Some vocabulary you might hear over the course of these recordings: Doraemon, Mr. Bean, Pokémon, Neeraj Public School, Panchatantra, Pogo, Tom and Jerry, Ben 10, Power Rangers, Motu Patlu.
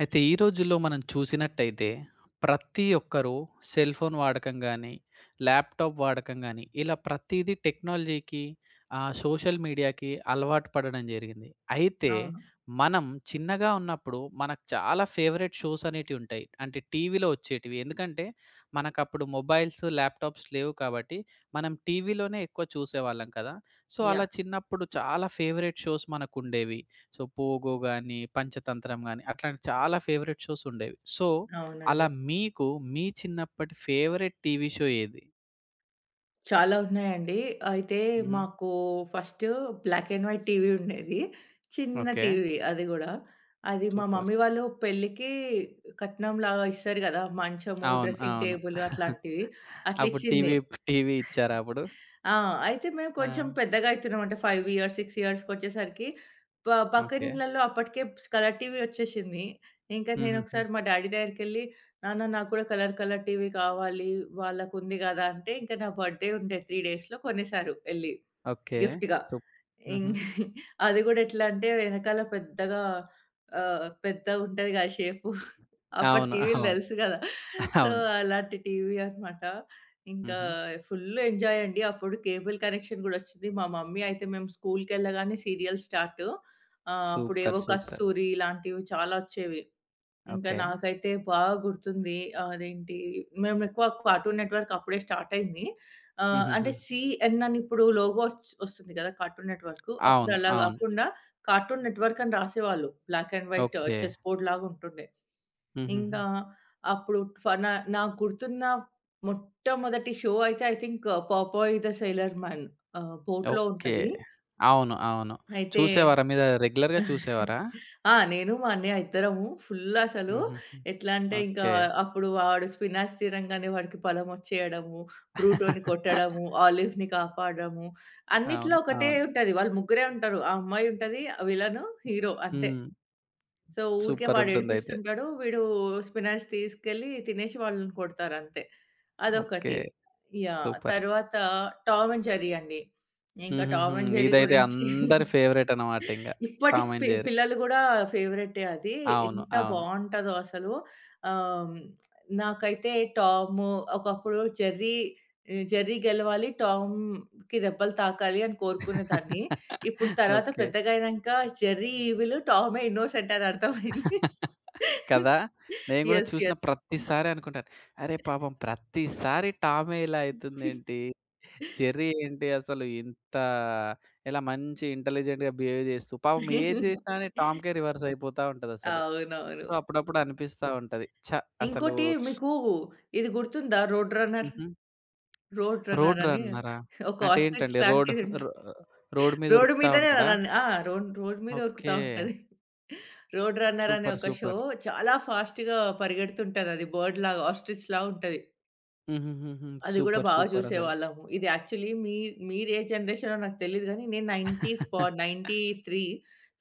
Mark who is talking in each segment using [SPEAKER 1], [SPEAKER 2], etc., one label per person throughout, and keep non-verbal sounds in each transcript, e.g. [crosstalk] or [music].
[SPEAKER 1] అయితే ఈ రోజుల్లో మనం చూసినట్టయితే ప్రతి ఒక్కరూ సెల్ ఫోన్ వాడకం గానీ, ల్యాప్‌టాప్ వాడకం గానీ, ఇలా ప్రతీదీ టెక్నాలజీకి సోషల్ మీడియాకి అలవాటు పడడం జరిగింది. అయితే
[SPEAKER 2] అవును.
[SPEAKER 1] మనం చిన్నగా ఉన్నప్పుడు మనకు చాలా ఫేవరెట్ షోస్ అనేటివి ఉంటాయి. అంటే టీవీలో వచ్చేటివి. ఎందుకంటే మనకప్పుడు మొబైల్స్, ల్యాప్‌టాప్స్ లేవు కాబట్టి మనం టీవీలోనే ఎక్కువ చూసేవాళ్ళం కదా! సో, అలా
[SPEAKER 2] యాహ్!
[SPEAKER 1] చిన్నప్పుడు చాలా ఫేవరెట్ షోస్ మనకుండేవి. సో 'పోగో' గాని, 'పంచతంత్రం' గాని అట్లాంటి చాలా ఫేవరెట్ షోస్ ఉండేవి. సో,
[SPEAKER 2] అవునండి.
[SPEAKER 1] అలా మీకు మీ చిన్నప్పటి ఫేవరెట్ టీవీ షో ఏది?
[SPEAKER 2] చాలా ఉన్నాయండి. అయితే
[SPEAKER 1] హుహు.
[SPEAKER 2] మాకు first black and white TV ఉండేది. చిన్న
[SPEAKER 1] ఓకే.
[SPEAKER 2] టీవీ అది గూడా. అది మా
[SPEAKER 1] సూపర్.
[SPEAKER 2] మమ్మీ వాళ్ళు పెళ్ళికి కట్నంలాగా ఇస్తారు గదా! మంచము,
[SPEAKER 1] అవును.
[SPEAKER 2] డ్రెసింగ్
[SPEAKER 1] అవును.
[SPEAKER 2] టేబుల్
[SPEAKER 1] [laughs]
[SPEAKER 2] అట్లాంటివి
[SPEAKER 1] అప్పుడు
[SPEAKER 2] అట్లిచ్చింది.
[SPEAKER 1] టీవీ టీవీ ఇచ్చారా అప్పుడు?
[SPEAKER 2] ఆ! అయితే మేము కొంచెం
[SPEAKER 1] ఆ!
[SPEAKER 2] పెద్దగా అయితున్నాం. అంటే 5 ఇయర్స్, 6 ఇయర్స్‌కొచ్చేసరికి ప
[SPEAKER 1] ఓకే.
[SPEAKER 2] పక్కనిళ్ళలో అప్పటికే కలర్ టీవీ వచ్చేసింది. ఇంకా
[SPEAKER 1] హుహుహు.
[SPEAKER 2] నేనొకసారి మా డ్యాడీ దగ్గరికెళ్ళి, "నాన్న నాకు కూడా కలర్ కలర్ టీవీ కావాలి. వాళ్ళకుంది కదా!" అంటే ఇంకా నా బర్త్‌డే ఉండే 3 డేస్‌లో కొనేసారు ఎళ్లి
[SPEAKER 1] ఓకే.
[SPEAKER 2] గిఫ్ట్‌గా.
[SPEAKER 1] సూప్
[SPEAKER 2] ఇం
[SPEAKER 1] హుహు.
[SPEAKER 2] [laughs] అది కూడా ఎట్లా అంటే వెనకాల పెద్దగా పెద్దగుంటది కదా షేపు. అప్పటి
[SPEAKER 1] అవును.
[SPEAKER 2] టీవీలు
[SPEAKER 1] అవును.
[SPEAKER 2] తెలుసు కదా! సో,
[SPEAKER 1] అవును.
[SPEAKER 2] అలాంటి టీవీ అనమాట. ఇంకా
[SPEAKER 1] హుహు.
[SPEAKER 2] ఫుల్ ఎంజాయ్ అండి. అప్పుడు కేబుల్ కనెక్షన్ గూడా ఒచ్చింది. మా మమ్మీ అయితే మేము స్కూల్‌కెళ్ళగానే సీరియల్ స్టార్ట్.
[SPEAKER 1] సూపర్.
[SPEAKER 2] అప్పుడేవో
[SPEAKER 1] సూపర్.
[SPEAKER 2] 'కస్తూరి' ఇలాంటివి చాలా ఒచ్చేవి. ఇంకా
[SPEAKER 1] ఓకే.
[SPEAKER 2] నాకైతే బాగా గుర్తుంది. ఆ, అదేంటి మేము ఎక్కువ కార్టూన్ నెట్‌వర్క్ అప్పుడే స్టార్ట్ అయింది.
[SPEAKER 1] హుహుహు.
[SPEAKER 2] అంటే సీఎన్ అని ఇప్పుడు లోగో వస్తుంది కదా! Cartoon Network. అప్పుడు
[SPEAKER 1] అవును.
[SPEAKER 2] అలా
[SPEAKER 1] అవును.
[SPEAKER 2] గాకుండా కార్టూన్ నెట్‌వర్క్ అని రాసేవాళ్ళు. Black and white
[SPEAKER 1] okay.
[SPEAKER 2] Chess బోర్డ్‌లాగా ఉంటుండే.
[SPEAKER 1] హుహుహు.
[SPEAKER 2] ఇంకా అప్పుడు ఫనా నాకు గుర్తున్న మొట్టమొదటి షో అయితే I think 'Popeye the sailor man'. బోట్‌లో
[SPEAKER 1] ఓకే.
[SPEAKER 2] ఉంటది.
[SPEAKER 1] అవును. అవును.
[SPEAKER 2] అయితే
[SPEAKER 1] చూసేవారా మీరు రెగ్యులర్‌గా చూసేవారా?
[SPEAKER 2] [laughs] ఆ! నేను, మా అన్నయ్య ఇద్దరము ఫుల్ అసలు
[SPEAKER 1] హుహుహు.
[SPEAKER 2] ఎట్లా అంటే ఇంకా
[SPEAKER 1] ఓకే.
[SPEAKER 2] అప్పుడు వాడు స్పినాచ్ తినంగానే వాడికి బలం వచ్చేయడము, బ్రూటోని కొట్టడము, ఆలివ్‌ని కాపాడడము అన్నిట్లో
[SPEAKER 1] అవును.
[SPEAKER 2] ఒకటే
[SPEAKER 1] అవును.
[SPEAKER 2] ఉంటది. వాళ్ళు ముగ్గురే ఉంటారు. ఆ అమ్మాయి ఉంటది, విలను, హీరో అంతే.
[SPEAKER 1] హ్మ్.
[SPEAKER 2] సో, ఊరికే వాడు
[SPEAKER 1] సూపరుంటుందయితే.
[SPEAKER 2] ఏడిపిస్తుంటాడు. వీడు స్పినాచ్ తీసుకెళ్ళి తినేసి వాళ్ళని కొడతారు అంతే.
[SPEAKER 1] ఓకే.
[SPEAKER 2] అదొకటి. యాహ్!
[SPEAKER 1] సూపర్.
[SPEAKER 2] తర్వాత టామ్ అండ్ జెర్రీ అండి. ఇంకా
[SPEAKER 1] హుహుహు.
[SPEAKER 2] టామ్ అండ్ జెర్రీ
[SPEAKER 1] ఇదైతే
[SPEAKER 2] గురించి
[SPEAKER 1] అందరి ఫేవరెట్ అన్నమాట ఇంగ.
[SPEAKER 2] ఇప్పటి
[SPEAKER 1] టామ్ అండ్ జెర్రీ.
[SPEAKER 2] పిల్లలు గూడా ఫేవరెటే అది.
[SPEAKER 1] అవును.
[SPEAKER 2] ఎంత
[SPEAKER 1] అవును.
[SPEAKER 2] బావుంటదో అసలు. ఆహ్, నాకైతే టామ్ ఒకప్పుడు జెర్రీ జెర్రీ గెలవాలి, టామ్‌కి దెబ్బలు తాకాలి అని కోరుకునేదాన్ని. ఇప్పుడు తర్వాత
[SPEAKER 1] ఓకే.
[SPEAKER 2] పెద్దగయినంక జెర్రీ ఈవిల్, టామే ఇన్నోసెంట్ అని అర్థమైంది.
[SPEAKER 1] కదా! నేను గూడా
[SPEAKER 2] యెస్.
[SPEAKER 1] చూసిన
[SPEAKER 2] యెస్.
[SPEAKER 1] ప్రతిసారి అనుకుంటాను. అరే పాపం! ప్రతిసారి టామే ఇలా అయితుందేంటి? జెర్రీ ఏంటి అసలు ఇంత ఇలా మంచి ఇంటెలిజెంట్‌గా బిహేవ్ చేస్తూ, పాపం ఏది జేసినా గాని టామ్‌కే రివర్స్ అయిపోతా ఉంటదసలు. సో,
[SPEAKER 2] అవునవును.
[SPEAKER 1] అప్పుడప్పుడు అనిపిస్తా ఉంటది. ఛ! అసలు
[SPEAKER 2] ఇంకోటి మీకు ఇది గుర్తుందా 'రోడ్ రన్నర్'?
[SPEAKER 1] హుహు.
[SPEAKER 2] రోడ్
[SPEAKER 1] రోడ్
[SPEAKER 2] రన్నర్ అని
[SPEAKER 1] రన్నరా?
[SPEAKER 2] ఒక
[SPEAKER 1] అంటే
[SPEAKER 2] ఆస్ట్రిచ్
[SPEAKER 1] ఏంటండి? రోడ్
[SPEAKER 2] లాంటిది ఉంటది.
[SPEAKER 1] రో రోడ్ మీద
[SPEAKER 2] రోడ్డు
[SPEAKER 1] ఉరుకుతా
[SPEAKER 2] మీదనే
[SPEAKER 1] ఉంటాడా?
[SPEAKER 2] రన్ ఆ! రోడ్ రోడ్ మీద ఉరుకుతా
[SPEAKER 1] ఓకే.
[SPEAKER 2] ఉంటది. రోడ్ రన్నర్ అనే
[SPEAKER 1] సూపర్.
[SPEAKER 2] ఒక షో
[SPEAKER 1] సూపర్.
[SPEAKER 2] చాలా ఫాస్ట్‌గా పరిగెడుతుంటదది. బర్డ్‌లాగా ఆస్ట్రిచ్‌లాగా ఉంటది.
[SPEAKER 1] హుహుహుహు.
[SPEAKER 2] అది గూడా
[SPEAKER 1] సూపర్.
[SPEAKER 2] బాగా
[SPEAKER 1] సూపర్ అసలు.
[SPEAKER 2] చూసేవాళ్ళము. ఇది యాక్చువల్లీ మీరు ఏ జనరేషనో నాకు తెలీదు గానీ, నేను 90స్ బా
[SPEAKER 1] [laughs]
[SPEAKER 2] 93.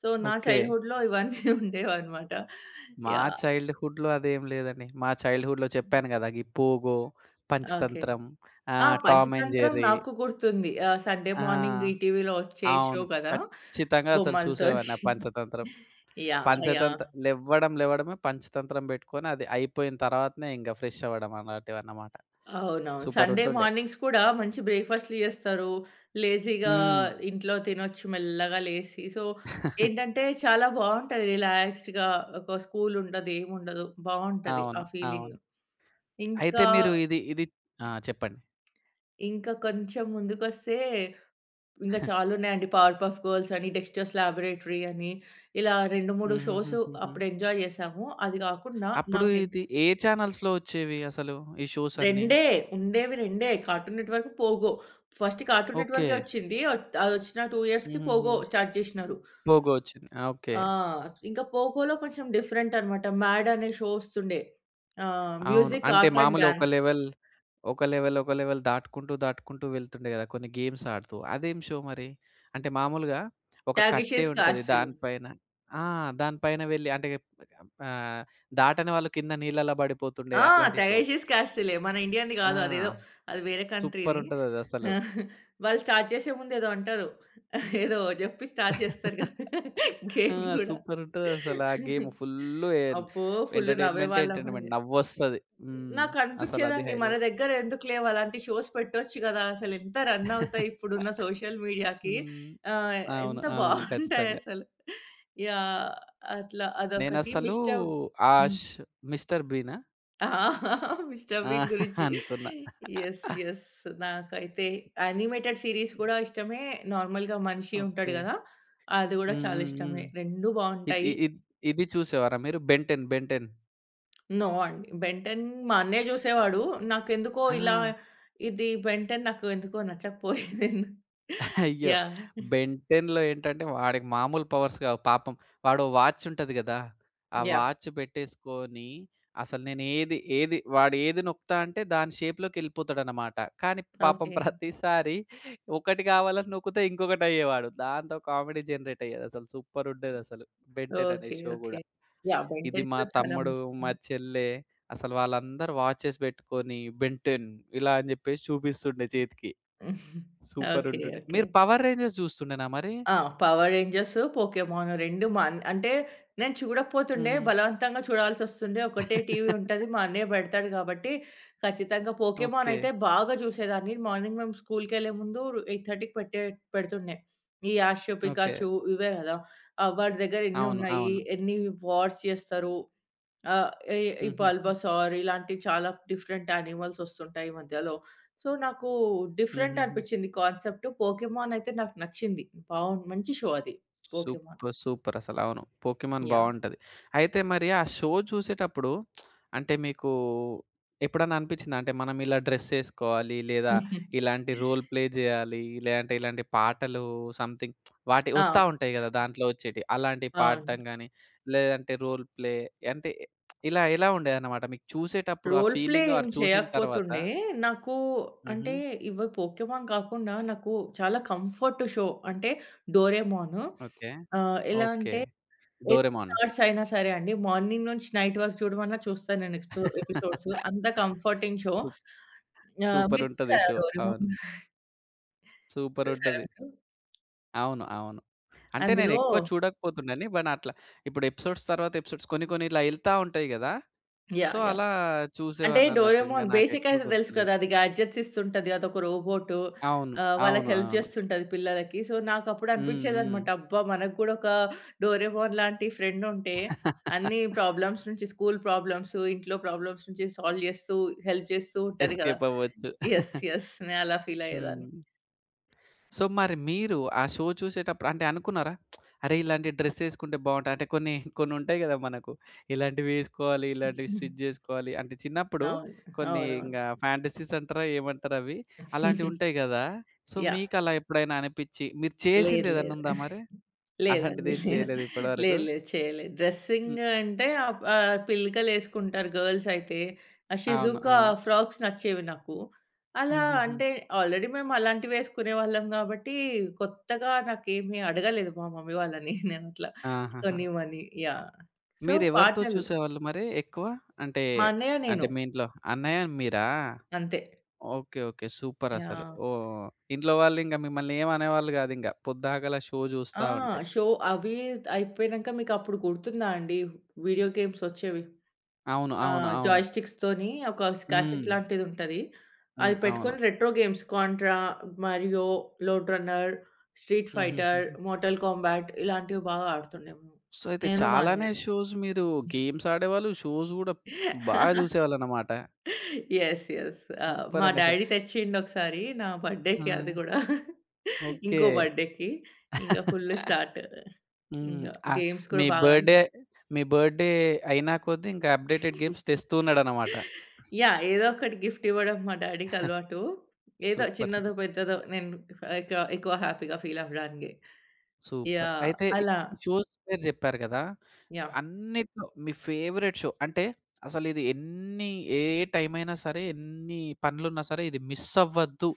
[SPEAKER 2] సో, నా
[SPEAKER 1] ఓకే.
[SPEAKER 2] చైల్డ్‌హుడ్‌లో ఇవన్నీ [laughs] ఉండేవన్నమాట.
[SPEAKER 1] మా
[SPEAKER 2] యాహ్!
[SPEAKER 1] చైల్డ్‌హుడ్‌లో అదేం లేదండి. మా చైల్డ్‌హుడ్‌లో చెప్పాను గదా! ఈ పోగో,
[SPEAKER 2] ఓకే.
[SPEAKER 1] పంచతంత్రం,
[SPEAKER 2] ఆ!
[SPEAKER 1] Tom and
[SPEAKER 2] 'Panchatantram'
[SPEAKER 1] Jerry.
[SPEAKER 2] నాకు గుర్తుంది. సండే మార్నింగ్
[SPEAKER 1] ఆ!
[SPEAKER 2] ఈటీవీలో వచ్చే షో
[SPEAKER 1] అవును.
[SPEAKER 2] కదా!
[SPEAKER 1] ఖచ్చితంగా అసలు
[SPEAKER 2] బొమ్మలతోని.
[SPEAKER 1] చూసేవాడిని ఆ పంచతంత్రం.
[SPEAKER 2] యాహ్! యాహ్!
[SPEAKER 1] పంచతంత్ర లెవ్వడం లెవ్వడమే పంచతంత్రం బెట్టుకొని అది అయిపోయిన తర్వాతనే ఇంక ఫ్రెష్ అవ్వడం అలాంటివన్నమాట.
[SPEAKER 2] అవునవును.
[SPEAKER 1] సూపర్
[SPEAKER 2] సండే
[SPEAKER 1] ఉంటుండే.
[SPEAKER 2] మార్నింగ్స్ కూడా మంచి బ్రేక్‌ఫాస్ట్‌లు చేస్తారు. లేజీగా
[SPEAKER 1] హ్మ్.
[SPEAKER 2] ఇంట్లో తినొచ్చు మెల్లగా లేసి. సో,
[SPEAKER 1] [laughs]
[SPEAKER 2] ఏంటంటే చాలా బావుంటది రిలాక్స్డ్‌గా. ఒక స్కూల్ ఉండదు, ఏముండదు, బావుంటది
[SPEAKER 1] అవును.
[SPEAKER 2] ఆ ఫీలింగ్.
[SPEAKER 1] అవును. అయితే
[SPEAKER 2] ఇంకా,
[SPEAKER 1] మీరు ఇది ఇది ఆ! చెప్పండి.
[SPEAKER 2] ఇంకా కొంచెం ముందుకొస్తే ఇంకా చాలున్నాయండి. 'పవర్‌పఫ్ గర్ల్స్' అని, 'డెక్స్టర్స్ లాబొరేటరీ' అని ఇలా 2, 3 షోస్
[SPEAKER 1] హుహుహుహుహు.
[SPEAKER 2] అప్పుడు ఎంజాయ్ చేశాము. అది కాకుండా
[SPEAKER 1] అప్పుడు ఇది ఏ ఛానల్స్‌లో ఒచ్చేవి అసలు ఈ షోస్ అన్నీ?
[SPEAKER 2] రెండే ఉండేవి రెండే. Cartoon Network, Pogo. First Cartoon
[SPEAKER 1] okay.
[SPEAKER 2] నెట్‌వర్కే వచ్చింది. అదొచ్చిన 2 ఇయర్స్‌కి
[SPEAKER 1] హుహుహు.
[SPEAKER 2] పోగో స్టార్ట్ చేసినారు.
[SPEAKER 1] పోగో వచ్చింది. ఆ! ఓకే.
[SPEAKER 2] ఆ! ఇంకా పోగోలో కొంచెం డిఫరెంట్ అన్నమాట. 'మ్యాడ్' అనే షో వస్తుండే.
[SPEAKER 1] అవును.
[SPEAKER 2] మ్యూజిక్,
[SPEAKER 1] అంటే
[SPEAKER 2] ఆర్ట్ అండ్
[SPEAKER 1] మామూలు ఒక
[SPEAKER 2] డాన్స్.
[SPEAKER 1] లెవెల్, ఒక లెవెల్, ఒక లెవెల్ దాటుకుంటూ, దాటుకుంటూ వెళ్తుండే గదా! కొన్ని గేమ్స్ ఆడుతూ. అదేం షో మరి? అంటే మామూలుగా ఒక కట్టే
[SPEAKER 2] 'టాగీషిస్
[SPEAKER 1] ఉంటది.
[SPEAKER 2] కాస్టిల్.'
[SPEAKER 1] దానిపైన ఆ! దానిపైన వెళ్లి అంటే ఆహ్, దాటని వాళ్ళు కింద నీళ్ళలో పడిపోతుండే
[SPEAKER 2] ఆ!
[SPEAKER 1] అట్లాంటి షో.
[SPEAKER 2] 'టైషిస్ క్యాస్టిలే' మన ఇండియా‌ది
[SPEAKER 1] ఆ!
[SPEAKER 2] గాదు. అదేదో అది వేరే
[SPEAKER 1] సూపర్
[SPEAKER 2] కంట్రీది.
[SPEAKER 1] ఉంటదదసలు.
[SPEAKER 2] [laughs] వాళ్ళు స్టార్ట్ చేసే ముందు ఏదో అంటారు. [laughs] ఏదో జెప్పి స్టార్ట్ చేస్తారు గదా! [laughs]
[SPEAKER 1] ఆ!
[SPEAKER 2] గేమ్ గూడా.
[SPEAKER 1] సూపర్ ఉంటదసలు. ఆ గేమ్ ఫుల్లు ఎన్
[SPEAKER 2] అబ్బో! ఫుల్
[SPEAKER 1] ఎంటర్‌టైన్‌మెంటే
[SPEAKER 2] నవ్వేవాళ్ళం
[SPEAKER 1] ఎంటర్‌టైన్‌మెంట్
[SPEAKER 2] అది.
[SPEAKER 1] నవ్వొస్తది. హ్మ్. అసలది
[SPEAKER 2] నాకనిపిచ్చేదండి మన
[SPEAKER 1] హైలైట్.
[SPEAKER 2] దగ్గర ఎందుకులేవు అలాంటి షోస్ పెట్టొచ్చు గదా! అసలెంత రన్ అవుతాయి ఇప్పుడున్న సోషల్ మీడియాకి.
[SPEAKER 1] హ్మ్.
[SPEAKER 2] ఆహ్,
[SPEAKER 1] అవును.
[SPEAKER 2] ఎంత
[SPEAKER 1] అవును. ఖచ్చితంగా.
[SPEAKER 2] బావుంటాయసలు. యాహ్! అట్లా అదొకటి.
[SPEAKER 1] నేనసలు
[SPEAKER 2] మిస్టర్ హ్మ్.
[SPEAKER 1] ఆష్ 'మిస్టర్ బీనా'
[SPEAKER 2] ఆ! మిస్టర్
[SPEAKER 1] ఆ!
[SPEAKER 2] బీన్ గురించి.
[SPEAKER 1] అనుకున్నా.
[SPEAKER 2] యెస్. యెస్. నాకైతే యానిమేటెడ్ సీరీస్ కూడా ఇష్టమే. నార్మల్‌గా మనిషి ఉంటాడు
[SPEAKER 1] ఓకే.
[SPEAKER 2] గదా! అది గూడా
[SPEAKER 1] హ్మ్.
[SPEAKER 2] చాలా
[SPEAKER 1] హ్మ్. హ్మ్.
[SPEAKER 2] ఇష్టమే. 2
[SPEAKER 1] ఇది
[SPEAKER 2] బావుంటాయి.
[SPEAKER 1] ఇద్ ఇది చూసేవారా మీరు? 'Ben 10' 'Ben 10'?
[SPEAKER 2] నో అండి. 'బెన్ 10' మా అన్నయ్య జూసేవాడు. నాకెందుకో
[SPEAKER 1] ఆ!
[SPEAKER 2] ఇలా ఇది 'బెన్ 10' నాకు ఎందుకో నచ్చకపోయేది.
[SPEAKER 1] అయ్యో!
[SPEAKER 2] యాహ్!
[SPEAKER 1] 'బెన్ టెన్‌లో' ఏంటంటే వాడికి మామూలు పవర్స్ కావు పాపం. వాడో వాచ్ ఉంటది గదా! ఆ
[SPEAKER 2] యాహ్!
[SPEAKER 1] వాచ్ పెట్టేసుకొని అసలు నేను ఏది, ఏది వాడు ఏది నొక్కుతా అంటే దాని షేప్‌లోకెళ్ళిపోతాడనమాట. కానీ పాపం
[SPEAKER 2] ఓకే.
[SPEAKER 1] ప్రతిసారి ఒకటి కావాలని నొక్కుతే ఇంకొకటయ్యేవాడు. దాంతో కామెడీ జనరేట్ అయ్యేదసలు. సూపరుండేదసలు. 'బెన్ టెన్' అనే
[SPEAKER 2] ఓకే.
[SPEAKER 1] Show
[SPEAKER 2] okay.
[SPEAKER 1] గూడా.
[SPEAKER 2] యాహ్! 'బెన్
[SPEAKER 1] ఇది
[SPEAKER 2] 10'
[SPEAKER 1] మా
[SPEAKER 2] కూడా చాలా
[SPEAKER 1] తమ్ముడు,
[SPEAKER 2] మంచి
[SPEAKER 1] మా
[SPEAKER 2] సినిమా.
[SPEAKER 1] చెల్లె అసలు వాళ్ళందరూ వాచెస్ పెట్టుకొని 'బెన్ టెన్' ఇలా అని జెప్పేసి చూపిస్తుండే చేతికి.
[SPEAKER 2] ఓకే.
[SPEAKER 1] సూపరుంటుండే.
[SPEAKER 2] ఓకే.
[SPEAKER 1] మీరు 'పవర్ రేంజర్స్' జూస్తుండేనా మరి?
[SPEAKER 2] ఆ! 'పవర్ రేంజర్స్', 'పోకెమాన్' 2 మా అన్ అంటే నేను చూడకపోతుండే.
[SPEAKER 1] హుహు.
[SPEAKER 2] బలవంతంగా చూడాల్సొస్తుండే. ఒకటే టీవీ
[SPEAKER 1] [laughs]
[SPEAKER 2] ఉంటది. మా అన్నయ్య పెడతాడు కాబట్టి ఖచ్చితంగా 'పోకెమాన్'
[SPEAKER 1] ఓకే.
[SPEAKER 2] అయితే బాగా చూసేదాన్ని. మార్నింగ్ మేము స్కూల్‌కెళ్ళే ముందు 8:30కి పెడుతుండే. ఈ 'యాష్',
[SPEAKER 1] ఓకే.
[SPEAKER 2] 'పికాచు' ఇవే కదా! ఆ! వాడి దగ్గర ఎన్ని
[SPEAKER 1] అవును.
[SPEAKER 2] ఉన్నాయి?
[SPEAKER 1] అవును.
[SPEAKER 2] ఎన్ని వార్స్ చేస్తారు? ఆ! ఈ ఈ
[SPEAKER 1] హుహుహు.
[SPEAKER 2] బల్బసార్ ఇలాంటి చాలా డిఫరెంట్ యానిమల్స్ ఒస్తుంటాయి ఈ మధ్యలో. సో, నాకు డిఫరెంట్
[SPEAKER 1] హుహుహు.
[SPEAKER 2] అనిపిచ్చింది కాన్సెప్ట్. 'పోకెమాన్' అయితే నాకు నచ్చింది. బావుంది. మంచి షో అది 'పోకెమాన్.'
[SPEAKER 1] సూపర్! సూపరసల. అవును. 'Pokemon'
[SPEAKER 2] yeah!
[SPEAKER 1] బావుంటది. అయితే మరి ఆ షో చూసేటప్పుడు అంటే మీకు ఎప్పుడన్నా అనిపిచ్చిందా? అంటే మనం ఇలా డ్రెస్సేసుకోవాలి, లేదా
[SPEAKER 2] [laughs]
[SPEAKER 1] ఇలాంటి రోల్ ప్లే జేయాలి, లేదంటే ఇలాంటి పాటలు సంథింగ్ వాటి
[SPEAKER 2] ఆ!
[SPEAKER 1] వస్తా ఉంటాయి గదా! దాంట్లో వచ్చేటియి. అలాంటివి
[SPEAKER 2] అవును.
[SPEAKER 1] పాడటం గానీ, లేదంటే రోల్ ప్లే అంటే ఇలా ఎలా ఉండేదన్నమాట మీకు చూసేటప్పుడు ఆ
[SPEAKER 2] రోల్ ప్లే
[SPEAKER 1] ఫీలింగ్
[SPEAKER 2] ఏం
[SPEAKER 1] ఆర్ చూసిన తర్వాత?
[SPEAKER 2] చేయకపోతుండే. నాకు
[SPEAKER 1] హుహు.
[SPEAKER 2] అంటే ఇవి 'పోకెమాన్' కాకుండా నాకు చాలా కంఫర్ట్ షో అంటే 'డోరేమాన్.'
[SPEAKER 1] ఓకే.
[SPEAKER 2] ఎలా
[SPEAKER 1] ఓకే.
[SPEAKER 2] అంటే ఎన్ని
[SPEAKER 1] 'డోరేమోన్.'
[SPEAKER 2] అవర్స్ అయినా సరే అండి. మార్నింగ్ నుంచి నైట్ వరకు చూడమన్నా చూస్తాను నేను ఎక్స్‌పో
[SPEAKER 1] [laughs]
[SPEAKER 2] ఎపిసోడ్స్. అంత కంఫర్టింగ్ షో.
[SPEAKER 1] సూప్
[SPEAKER 2] మీరు
[SPEAKER 1] సూపరుంటది
[SPEAKER 2] చూసారా
[SPEAKER 1] షో. అవును.
[SPEAKER 2] డోరేమోన్? చూసారా
[SPEAKER 1] సూపరుంటది.
[SPEAKER 2] మీరు?
[SPEAKER 1] అవును. అవును. అంటే
[SPEAKER 2] అందులో
[SPEAKER 1] నేనెక్కువ చూడకపోతుండని. బట్ అట్లా ఇప్పుడు ఎపిసోడ్స్ తర్వాత ఎపిసోడ్స్ కొన్ని కొన్ని ఇలా ఎళ్తా ఉంటాయి గదా! So,
[SPEAKER 2] yeah! యాహ్!
[SPEAKER 1] అలా
[SPEAKER 2] అంటే
[SPEAKER 1] చూసేవాడినన్నట్టు. ఇంక
[SPEAKER 2] 'డోరేమోన్' బేసిక్
[SPEAKER 1] నాకెక్కువ
[SPEAKER 2] అయితే తెలుసు కదా!
[SPEAKER 1] గుర్తులేదు.
[SPEAKER 2] అది గాడ్జెట్స్ ఇస్తుంటది. అదొక రోబోటు.
[SPEAKER 1] అవును.
[SPEAKER 2] వాళ్ళకి
[SPEAKER 1] అవును.
[SPEAKER 2] హెల్ప్
[SPEAKER 1] అవును.
[SPEAKER 2] చేస్తుంటది పిల్లలకి. సో, నాకప్పుడు
[SPEAKER 1] హ్మ్. హ్మ్.
[SPEAKER 2] అనిపించేదనమాట. అబ్బా! మనకు కూడా ఒక 'డోరేమోన్' లాంటి ఫ్రెండ్ ఉంటే అన్ని
[SPEAKER 1] [laughs]
[SPEAKER 2] ప్రాబ్లమ్స్ నుంచి స్కూల్ ప్రాబ్లమ్స్, ఇంట్లో ప్రాబ్లమ్స్ నుంచి సాల్వ్ చేస్తూ, హెల్ప్ చేస్తూ ఉంటది కదా!
[SPEAKER 1] ఎస్కేప్ అవ్వచ్చు.
[SPEAKER 2] యెస్.
[SPEAKER 1] [laughs]
[SPEAKER 2] యెస్. నేను అలా ఫీల్ అయ్యేదాన్ని.
[SPEAKER 1] హ్మ్. సో, మరి మీరు ఆ షో చూసేటప్పుడు అంటే అనుకున్నారా? అరే! ఇలాంటి డ్రెస్ ఏసుకుంటే బావుంటది. అంటే కొన్ని కొన్నుంటాయి గదా! మనకు. ఇలాంటివి ఏసుకోవాలి, ఇలాంటివి స్టిచ్
[SPEAKER 2] [laughs]
[SPEAKER 1] జేసుకోవాలి. అంటే చిన్నప్పుడు
[SPEAKER 2] అవును.
[SPEAKER 1] కొన్ని
[SPEAKER 2] అవునవును.
[SPEAKER 1] ఇంగా ఫ్యాంటసీస్ అంటారా? ఏమంటారవి?
[SPEAKER 2] [laughs]
[SPEAKER 1] అలాంటివుంటాయి గదా! So,
[SPEAKER 2] yeah!
[SPEAKER 1] మీకలా ఎప్పుడైనా అనిపిచ్చి మీరు
[SPEAKER 2] లేదు. లేదు.
[SPEAKER 1] చేసిందేదన్నుందా మరి?
[SPEAKER 2] లేదండి.
[SPEAKER 1] అలాంటిదేం
[SPEAKER 2] [laughs] లేదు.
[SPEAKER 1] చేయలేదు ఇప్పటి వరకు?
[SPEAKER 2] లేదు. లేదు. చేయలేదు.
[SPEAKER 1] హ్మ్.
[SPEAKER 2] డ్రెస్సింగ్ అంటే ఆహ్, ఆహ్, పిల్లికలేసుకుంటారు గర్ల్స్ అయితే. ఆ
[SPEAKER 1] అవును.
[SPEAKER 2] షిజుకా
[SPEAKER 1] అవును.
[SPEAKER 2] ఫ్రాక్స్ నచ్చేవి నాకు. అలా
[SPEAKER 1] హుహుహు.
[SPEAKER 2] అంటే ఆల్రెడీ మేము అలాంటివి వేసుకునేవాళ్ళం కాబట్టి కొత్తగా నాకేమి అడగలేదు మా మమ్మీ వాళ్ళని [laughs] నేను అట్లా
[SPEAKER 1] ఆహాహా!
[SPEAKER 2] కొనివ్వని. యాహ్! సో,
[SPEAKER 1] మీరెవరితో
[SPEAKER 2] పాటలు
[SPEAKER 1] చూసేవాళ్ళు మరి ఎక్కువ? అంటే,
[SPEAKER 2] మా అన్నయ్య,
[SPEAKER 1] అంటే
[SPEAKER 2] నేను
[SPEAKER 1] మీ ఇంట్లో అన్నయ్య మీరా?
[SPEAKER 2] అంతే.
[SPEAKER 1] ఓకే. ఓకే. సూపరసలు.
[SPEAKER 2] యాహ్!
[SPEAKER 1] ఓహ్! ఇంట్లో వాళ్ళింక మిమ్మల్ని ఏమనేవాళ్ళు గాదింక. పొద్దాకల షో
[SPEAKER 2] ఆ!
[SPEAKER 1] జూస్తా ఉంటే.
[SPEAKER 2] షో అవి అయిపోయినంక మీకప్పుడు గుర్తుందా అండి వీడియో గేమ్స్ వచ్చేవి?
[SPEAKER 1] అవును.
[SPEAKER 2] ఆ!
[SPEAKER 1] అవును. అవును.
[SPEAKER 2] జాయ్ స్టిక్స్‌తోని ఒక క్యాసెట్
[SPEAKER 1] హ్మ్.
[SPEAKER 2] లాంటిదుంటది.
[SPEAKER 1] హ్మ్.
[SPEAKER 2] అది
[SPEAKER 1] అవును.
[SPEAKER 2] పెట్టుకొని retro games 'Contra', 'Mario', 'Lode Runner', 'Street
[SPEAKER 1] హుహు.
[SPEAKER 2] ఫైటర్',
[SPEAKER 1] హుహు.
[SPEAKER 2] 'మోర్టల్ కాంబాట్' ఇలాంటివి బాగా ఆడుతుండేము.
[SPEAKER 1] సో, అయితే
[SPEAKER 2] నేను, మా
[SPEAKER 1] చాలానే
[SPEAKER 2] అన్నయ్య.
[SPEAKER 1] షోస్ మీరు గేమ్స్ ఆడేవాళ్ళు. షోస్ గూడా బాగా జూసేవాళ్ళన్నమాట.
[SPEAKER 2] యెస్. యెస్. ఆ! మా
[SPEAKER 1] సూపరండసలు.
[SPEAKER 2] డ్యాడీ తెచ్చిండొకసారి నా
[SPEAKER 1] ఆ!
[SPEAKER 2] బర్త్‌డేకి అది గూడా.
[SPEAKER 1] ఓకే.
[SPEAKER 2] ఇంకో బర్త్‌డేకి. ఇంక ఫుల్ స్టార్ట్.
[SPEAKER 1] హ్మ్.
[SPEAKER 2] ఇంగ
[SPEAKER 1] ఆహ్,
[SPEAKER 2] గేమ్స్
[SPEAKER 1] మీ
[SPEAKER 2] కూడా బాగా
[SPEAKER 1] బర్త్‌డే
[SPEAKER 2] ఆడినం.
[SPEAKER 1] మీ బర్త్‌డే అయినా కొద్దీ ఇంకా అప్‌డేటెడ్ గేమ్స్ తెస్తూ ఉన్నాడన్నమాట.
[SPEAKER 2] యాహ్! ఏదో ఒకటి గిఫ్ట్ ఇవ్వడం మా డాడీకి అలవాటు. ఏదో
[SPEAKER 1] సూపర్.
[SPEAKER 2] చిన్నదో,
[SPEAKER 1] సూపర్.
[SPEAKER 2] పెద్దదో నేను ఎక ఎక్కువ హ్యాపీగా ఫీల్ అవ్వడానికి.
[SPEAKER 1] సూపర్.
[SPEAKER 2] యాహ్!
[SPEAKER 1] అయితే ఈ
[SPEAKER 2] అలా.
[SPEAKER 1] షోస్ పేరు జెప్పారు గదా!
[SPEAKER 2] యాహ్!
[SPEAKER 1] అన్నిట్లో మీ ఫేవరెట్ షో అంటే అసలిది ఎన్ని ఏ టైమైనా సరే, ఎన్ని పనులున్నా సరే ఇది మిస్ అవ్వద్దు.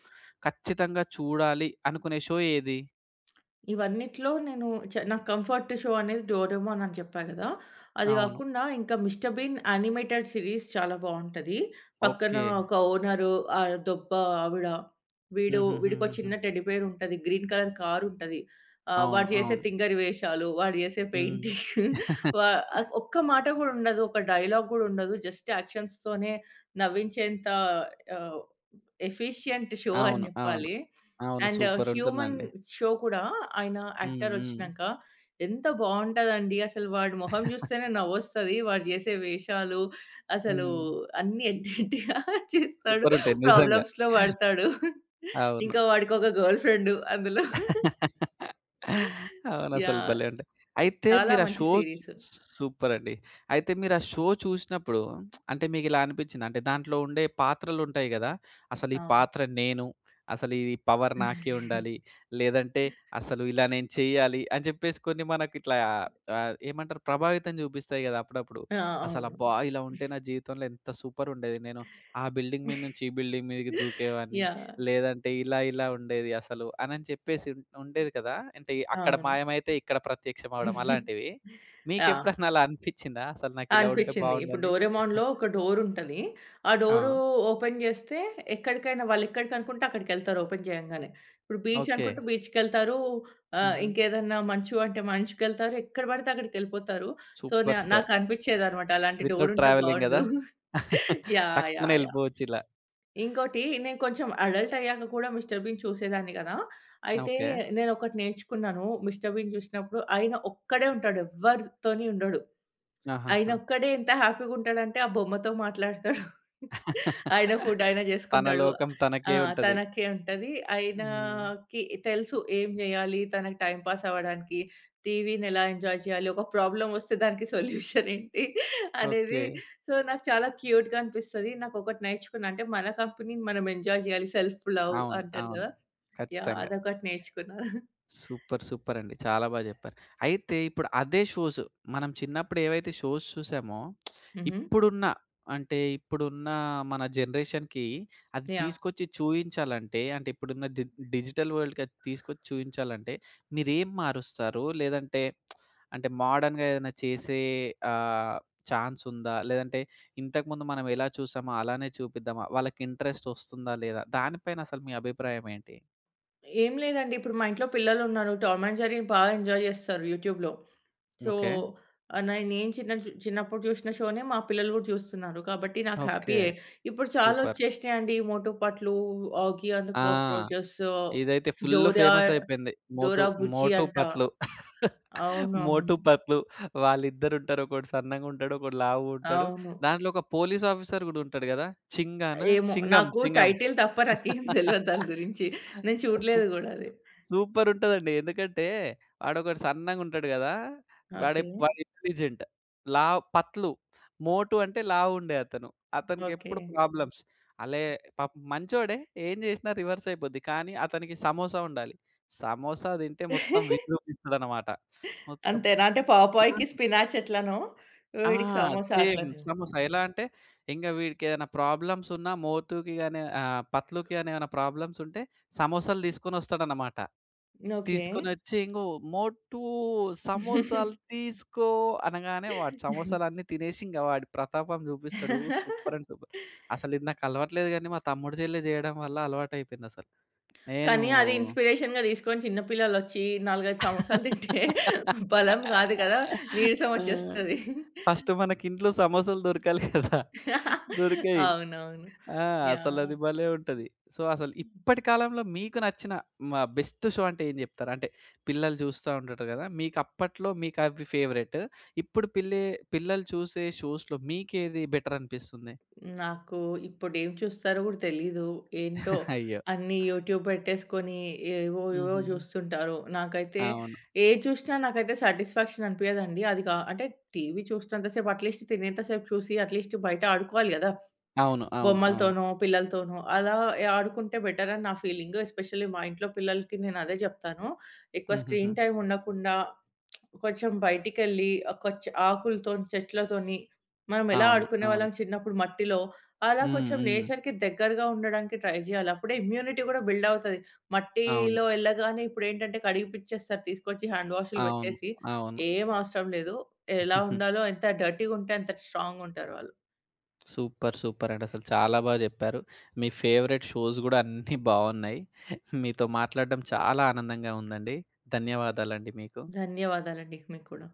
[SPEAKER 1] ఖచ్చితంగా చూడాలి అనుకునే షో ఏది?
[SPEAKER 2] ఇవన్నిట్లో నేను నాకు కంఫర్ట్ షో అనేది 'డోరేమోన్' అని చెప్పా గదా! అది
[SPEAKER 1] అవును.
[SPEAKER 2] గాకుండా ఇంకా 'మిస్టర్ బీన్' యానిమేటెడ్ సీరీస్ చాలా బావుంటది. పక్కన
[SPEAKER 1] ఓకే.
[SPEAKER 2] ఒక ఓనరు ఆ దొబ్బ ఆవిడ, వీడికో
[SPEAKER 1] హుహుహుహుహు.
[SPEAKER 2] చిన్న టెడ్డీ బేర్ ఉంటది. గ్రీన్ కలర్ కార్ ఉంటది.
[SPEAKER 1] అవును.
[SPEAKER 2] వాడు జేసే
[SPEAKER 1] అవును.
[SPEAKER 2] తింగరి వేషాలు, వాడు జేసే
[SPEAKER 1] హ్మ్.
[SPEAKER 2] పెయింటింగ్ [laughs]
[SPEAKER 1] [laughs]
[SPEAKER 2] వా ఒక్క మాట గూడా ఉండదు. ఒక డైలాగ్ గూడా ఉండదు. జస్ట్ యాక్షన్స్‌తోనే నవ్వించేంత ఆహ్, ఎఫిషియంట్ షో అని
[SPEAKER 1] అవును. అవును.
[SPEAKER 2] జెప్పాలి.
[SPEAKER 1] అవును.
[SPEAKER 2] And 'human'
[SPEAKER 1] సూపరుంటుందండి.
[SPEAKER 2] షో కూడా ఆయన
[SPEAKER 1] హ్మ్. హ్మ్.
[SPEAKER 2] యాక్టరొచ్చినంక ఎంత బావుంటదండి. అసలు వాడి మొహం జూస్తేనే నవ్వొస్తది. వాడు జేసే వేషాలు అసలు
[SPEAKER 1] హ్మ్.
[SPEAKER 2] అన్నీ ఎడ్డెడ్డిగా [laughs] చేస్తాడు.
[SPEAKER 1] సూపరుంటాయి నిజంగా.
[SPEAKER 2] ప్రాబ్లమ్స్‌లో పడతాడు.
[SPEAKER 1] అవును.
[SPEAKER 2] ఇంకా వాడికొక గర్ల్ ఫ్రెండు అందులో.
[SPEAKER 1] అవునసలు
[SPEAKER 2] యాహ్!
[SPEAKER 1] భలే ఉంటాయి. అయితే
[SPEAKER 2] చాలా
[SPEAKER 1] మీరు ఆ
[SPEAKER 2] మంచి
[SPEAKER 1] షో
[SPEAKER 2] సీరీస్.
[SPEAKER 1] సూపర్ అండి. అయితే మీరు ఆ షో చూసినప్పుడు అంటే మీకిలా అనిపించిందా? అంటే దాంట్లో ఉండే పాత్రలుంటాయి గదా! అసలు ఈ
[SPEAKER 2] అవును.
[SPEAKER 1] పాత్ర నేను, అసలు ఈ పవర్ నాకే ఉండాలి. లేదంటే అసలు ఇలా నేను చేయాలి అని చెప్పేసి కొన్ని మనకిట్లా ఏమంటారు ప్రభావితం చూపిస్తాయి గదా! అప్పుడప్పుడు.
[SPEAKER 2] ఆ! అవును.
[SPEAKER 1] అసలబ్బా! ఇలా ఉంటే నా జీవితంలో ఎంత సూపరుండేది. నేను ఆ బిల్డింగ్ మీద నుంచి ఈ బిల్డింగ్ మీదకి దూకేవాడిని.
[SPEAKER 2] యాహ్!
[SPEAKER 1] లేదంటే ఇలా ఇలా ఉండేది అసలు అనని చెప్పేసి ఉం ఉండేది కదా! అంటే అక్కడ
[SPEAKER 2] అవును.
[SPEAKER 1] మాయమైతే ఇక్కడ ప్రత్యక్షం అవ్వడం అలాంటివి.
[SPEAKER 2] ఆ!
[SPEAKER 1] మీకెప్పుడన్నా అలా అనిపిచ్చిందా? అసలు
[SPEAKER 2] ఆ!
[SPEAKER 1] నాకిలా ఉంటే
[SPEAKER 2] అనిపిచ్చింది. ఇప్పుడు
[SPEAKER 1] బావుండని?
[SPEAKER 2] 'డోరేమోన్‌లో' ఒక డోరుంటది. ఆ
[SPEAKER 1] ఆ!
[SPEAKER 2] డోరు ఓపెన్ జేస్తే ఎక్కడికైనా వాళ్ళెక్కడికనుకుంటే అక్కడికెళ్తారు ఓపెన్ చేయంగానే. ఇప్పుడు బీచ్
[SPEAKER 1] ఓకే.
[SPEAKER 2] అనుకుంటే బీచ్‌కెళ్తారు.
[SPEAKER 1] హుహు.
[SPEAKER 2] ఇంకేదన్నా మంచు అంటే మంచుకెళ్తారు. ఎక్కడ పడితే అక్కడికెళ్ళిపోతారు. So,
[SPEAKER 1] super. సూపర్.
[SPEAKER 2] నాకనిపిచ్చేదనమాట అలాంటి
[SPEAKER 1] వితౌట్
[SPEAKER 2] డోరుంటే
[SPEAKER 1] ట్రావెలింగ్ గదా!
[SPEAKER 2] బావుండు.
[SPEAKER 1] [laughs]
[SPEAKER 2] యాహ్!
[SPEAKER 1] టక్కున
[SPEAKER 2] యాహ్! యాహ్!
[SPEAKER 1] ఎళ్ళిపోవచ్చిలా.
[SPEAKER 2] ఇంకోటి నేను కొంచెం అడల్ట్ అయ్యాక కూడా 'మిస్టర్ బీన్' చూసేదాన్ని గదా! అయితే
[SPEAKER 1] ఓకే.
[SPEAKER 2] నేనొకటి నేర్చుకున్నాను. 'మిస్టర్ బీన్' చూసినప్పుడు ఆయన ఒక్కడే ఉంటాడు. ఎవ్వరితోని ఉండడు.
[SPEAKER 1] ఆహాహా!
[SPEAKER 2] ఆయనొక్కడే ఎంత హ్యాపీగుంటాడంటే, ఆ బొమ్మతో మాట్లాడతాడు. ఆయన ఫుడ్ ఆయన
[SPEAKER 1] తన
[SPEAKER 2] జేసుకుంటాడు.
[SPEAKER 1] లోకం
[SPEAKER 2] ఆ!
[SPEAKER 1] తనకే ఉంటది.
[SPEAKER 2] తనకే ఉంటది.
[SPEAKER 1] హ్మ్.
[SPEAKER 2] ఆయనకి తెలుసు ఏం జేయాలి, తనకు టైమ్ పాస్ అవ్వడానికి, టీవీని ఎలా ఎంజాయ్ చేయాలి, ఒక ప్రాబ్లమొస్తే దానికి సొల్యూషన్ ఏంటి
[SPEAKER 1] ఓకే.
[SPEAKER 2] అనేది. సో, నాకు చాలా క్యూట్‌గా అనిపిస్తది. నాకొకటి నేర్చుకున్నా అంటే, మన కంపెనీని మనం ఎంజాయ్ జేయాలి సెల్ఫ్ లవ్
[SPEAKER 1] అవును.
[SPEAKER 2] అంటారు
[SPEAKER 1] అవును.
[SPEAKER 2] గదా! యాహ్!
[SPEAKER 1] ఖచ్చితంగా.
[SPEAKER 2] అదొకటి నేర్చుకున్నా.
[SPEAKER 1] సూపర్! సూపర్ అండి. చాలా బా జెప్పారు. అయితే ఇప్పుడు అదే షోస్ మనం చిన్నప్పుడు ఏవైతే షోస్ చూసామో,
[SPEAKER 2] హుహు.
[SPEAKER 1] ఇప్పుడున్న అంటే ఇప్పుడున్న మన జనరేషన్‌కి అది
[SPEAKER 2] యాహ్!
[SPEAKER 1] తీసుకొచ్చి చూయించాలంటే, అంటే ఇప్పుడున్న డి డిజిటల్ వరల్డ్‌కి అది తీసుకొచ్చి చూయించాలంటే, మీరేం మారుస్తారు? లేదంటే అంటే మోడర్న్‌గా ఏదైనా చేసే ఆహ్, ఛాన్స్ ఉందా? లేదంటే ఇంతకుముందు మనం ఎలా చూసామో అలానే చూపిద్దామా? వాళ్ళకి ఇంట్రెస్ట్ ఒస్తుందా లేదా? దానిపైన అసలు మీ అభిప్రాయం ఏంటి?
[SPEAKER 2] ఏం లేదండి. ఇప్పుడు మా ఇంట్లో పిల్లలున్నారు. టామ్ అండ్ జెర్రీ బాగా ఎంజాయ్ జేస్తారు యూట్యూబ్‌లో. So,
[SPEAKER 1] okay.
[SPEAKER 2] నేను ఏం చిన్న చిన్నప్పుడు జూశిన షోనే మా పిల్లలు గూడా జూస్తున్నారు. కాబట్టి నాకు
[SPEAKER 1] ఓకే.
[SPEAKER 2] హ్యాపీయే. ఇప్పుడు చాలా
[SPEAKER 1] సూపర్.
[SPEAKER 2] ఒచ్చేసినాయండి. మోటుపట్లు, ఆగి అండ్ ద
[SPEAKER 1] ఆ!
[SPEAKER 2] కాక్రోచెస్,
[SPEAKER 1] ఇదైతే ఫుల్లు
[SPEAKER 2] డోరా,
[SPEAKER 1] ఫేమస్ అయిపోయింది. మోతు
[SPEAKER 2] డోరా బుజ్జి
[SPEAKER 1] మోటు
[SPEAKER 2] అంట.
[SPEAKER 1] పత్లు.
[SPEAKER 2] అవునవును.
[SPEAKER 1] మోటు
[SPEAKER 2] అవును.
[SPEAKER 1] పత్లు వాళ్ళిద్దరుంటారు. ఒకడు సన్నంగుంటాడు. ఒకడు లావుగుంటాడు.
[SPEAKER 2] అవును.
[SPEAKER 1] దాంట్లో ఒక పోలీస్ ఆఫీసర్ గూడా ఉంటాడు గదా! చింగానా?
[SPEAKER 2] ఏమో
[SPEAKER 1] సింగం
[SPEAKER 2] నాకు
[SPEAKER 1] సింగం.
[SPEAKER 2] టైటిల్ తప్ప నాకేం దెలవదు దాని గురించి. నేను
[SPEAKER 1] సు
[SPEAKER 2] చూడలేదు గూడా అది.
[SPEAKER 1] సూపర్ ఉంటదండి. ఎందుకంటే వాడొకడు సన్నంగుంటాడు గదా! వాడే
[SPEAKER 2] ఓకే.
[SPEAKER 1] వాడు ఇంటెలిజెంట్. లావ్ పత్లు. మోటు అంటే లావుండే అతను. అతనికెప్పుడు ప్రాబ్లమ్స్. అలే పాపం మంచోడే ఏం జేసినా రివర్స్ అయిపోద్ది. కానీ అతనికి సమోసా ఉండాలి. సమోసా తింటే మొత్తం
[SPEAKER 2] ఓకే.
[SPEAKER 1] విజృంభిస్తడనమాట. మొత్తం
[SPEAKER 2] అంతేనా? అంటే పావు పాయికి
[SPEAKER 1] హ్మ్.
[SPEAKER 2] స్పినాచ్ ఎట్లనో,
[SPEAKER 1] ఆ!
[SPEAKER 2] వీడికి సమోసా
[SPEAKER 1] సేమ్
[SPEAKER 2] అట్లనేనా?
[SPEAKER 1] సమోసా. ఎలా అంటే ఇంగ వీడికేదైనా ప్రాబ్లమ్స్ ఉన్నా మోతుకి గాని పత్లుకి గాని ఏమైనా ప్రాబ్లమ్స్ ఉంటే సమోసాలు తీసుకొనొస్తాడనమాట.
[SPEAKER 2] ఓకే.
[SPEAKER 1] తీసుకొనొచ్చి ఇంగో మోటూ సమోసాలు తీసుకో అనగానే వాడు సమోసాలన్నీ తినేసి ఇంగ వాడి ప్రతాపం చూపిస్తాడు. Super and super. అసలిది నాకలవాట్లేదు గానీ మా తమ్ముడు చెల్లె జేయడం వల్ల అలవాటయిపోయిందసలు. నేను
[SPEAKER 2] కానీ అది ఇన్‌స్పిరేషన్‌గా తీసుకొని చిన్న పిల్లలొచ్చి 4, 5 సమోసాలు తింటే బలం కాదు కదా! నీరసం
[SPEAKER 1] ఆ!
[SPEAKER 2] వచ్చేస్తది.
[SPEAKER 1] ఫస్ట్ మనకింట్లో సమోసాలు దొరకాలి కదా! దొరికాయి.
[SPEAKER 2] అవునవును.
[SPEAKER 1] ఆ!
[SPEAKER 2] యాహ్!
[SPEAKER 1] అసలది భలే ఉంటది. సో, అసలు ఇప్పటి కాలంలో మీకు నచ్చిన మా బెస్ట్ షో అంటే ఏం జెప్తారు? అంటే పిల్లలు చూస్తా ఉంటారు గదా! మీకప్పట్లో మీకవి ఫేవరెట్. ఇప్పుడు పిల్లే పిల్లలు చూసే షోస్‌లో మీకేది బెటర్ అనిపిస్తుంది?
[SPEAKER 2] నాకు ఇప్పుడేం చూస్తారో గూడా తెలీదు. ఏంటో
[SPEAKER 1] అయ్యో!
[SPEAKER 2] అన్నీ యూట్యూబ్ పెట్టేసుకొని ఏవో ఏవో
[SPEAKER 1] హుహుహు.
[SPEAKER 2] జూస్తుంటారు. నాకైతే
[SPEAKER 1] అవును.
[SPEAKER 2] ఏది చూసినా నాకైతే సాటిస్ఫాక్షన్ అనిపియదండి. అది కా అంటే టీవీ చూసినంత సేపు అట్‌లీస్ట్ తినేంత సేపు చూసి అట్‌లీస్ట్ బయట ఆడుకోవాలి గదా!
[SPEAKER 1] అవును. అవును. అవును.
[SPEAKER 2] బొమ్మలతోనో, పిల్లలతోనో అలా ఆడుకుంటే బెటర్ అని నా ఫీలింగు. ఎస్పెషల్లీ మా ఇంట్లో పిల్లలకి నేను అదే జెప్తాను. ఎక్కువ
[SPEAKER 1] హుహుహు.
[SPEAKER 2] స్క్రీన్ టైమ్ ఉండకుండా కొంచెం బయటికెళ్ళి ఆకులతోని, చెట్లతోని మనం ఎలా
[SPEAKER 1] అవును. అవును.
[SPEAKER 2] ఆడుకునేవాళ్ళం చిన్నప్పుడు మట్టిలో, అలా
[SPEAKER 1] హ్మ్.
[SPEAKER 2] కొంచెం
[SPEAKER 1] హ్మ్.
[SPEAKER 2] నేచర్‌కి దగ్గరగా ఉండడానికి ట్రై జేయాలి. అప్పుడే ఇమ్యూనిటీ గూడా బిల్డ్ అవుతది.
[SPEAKER 1] అవును.
[SPEAKER 2] మట్టిలో ఎళ్ళగానే ఇప్పుడేంటంటే కడిగి పిచ్చేస్తారు తీసుకొచ్చి హ్యాండ్ వాష్‌లు
[SPEAKER 1] అవును.
[SPEAKER 2] పెట్టేసి.
[SPEAKER 1] అవును.
[SPEAKER 2] ఏం అవసరం లేదు. ఎలా ఉండాలో ఎంత డర్టీ‌గుంటే అంత స్ట్రాంగ్‌గుంటారు వాళ్ళు.
[SPEAKER 1] సూపర్. సూపర్ అండి. అసలు చాలా బాగా జెప్పారు. మీ ఫేవరెట్ షోస్ గూడా అన్నీ బావున్నాయి. మీతో మాట్లాడడం చాలా ఆనందంగా ఉందండి. ధన్యవాదాలండి మీకు.
[SPEAKER 2] ధన్యవాదాలండి మీకు కూడా.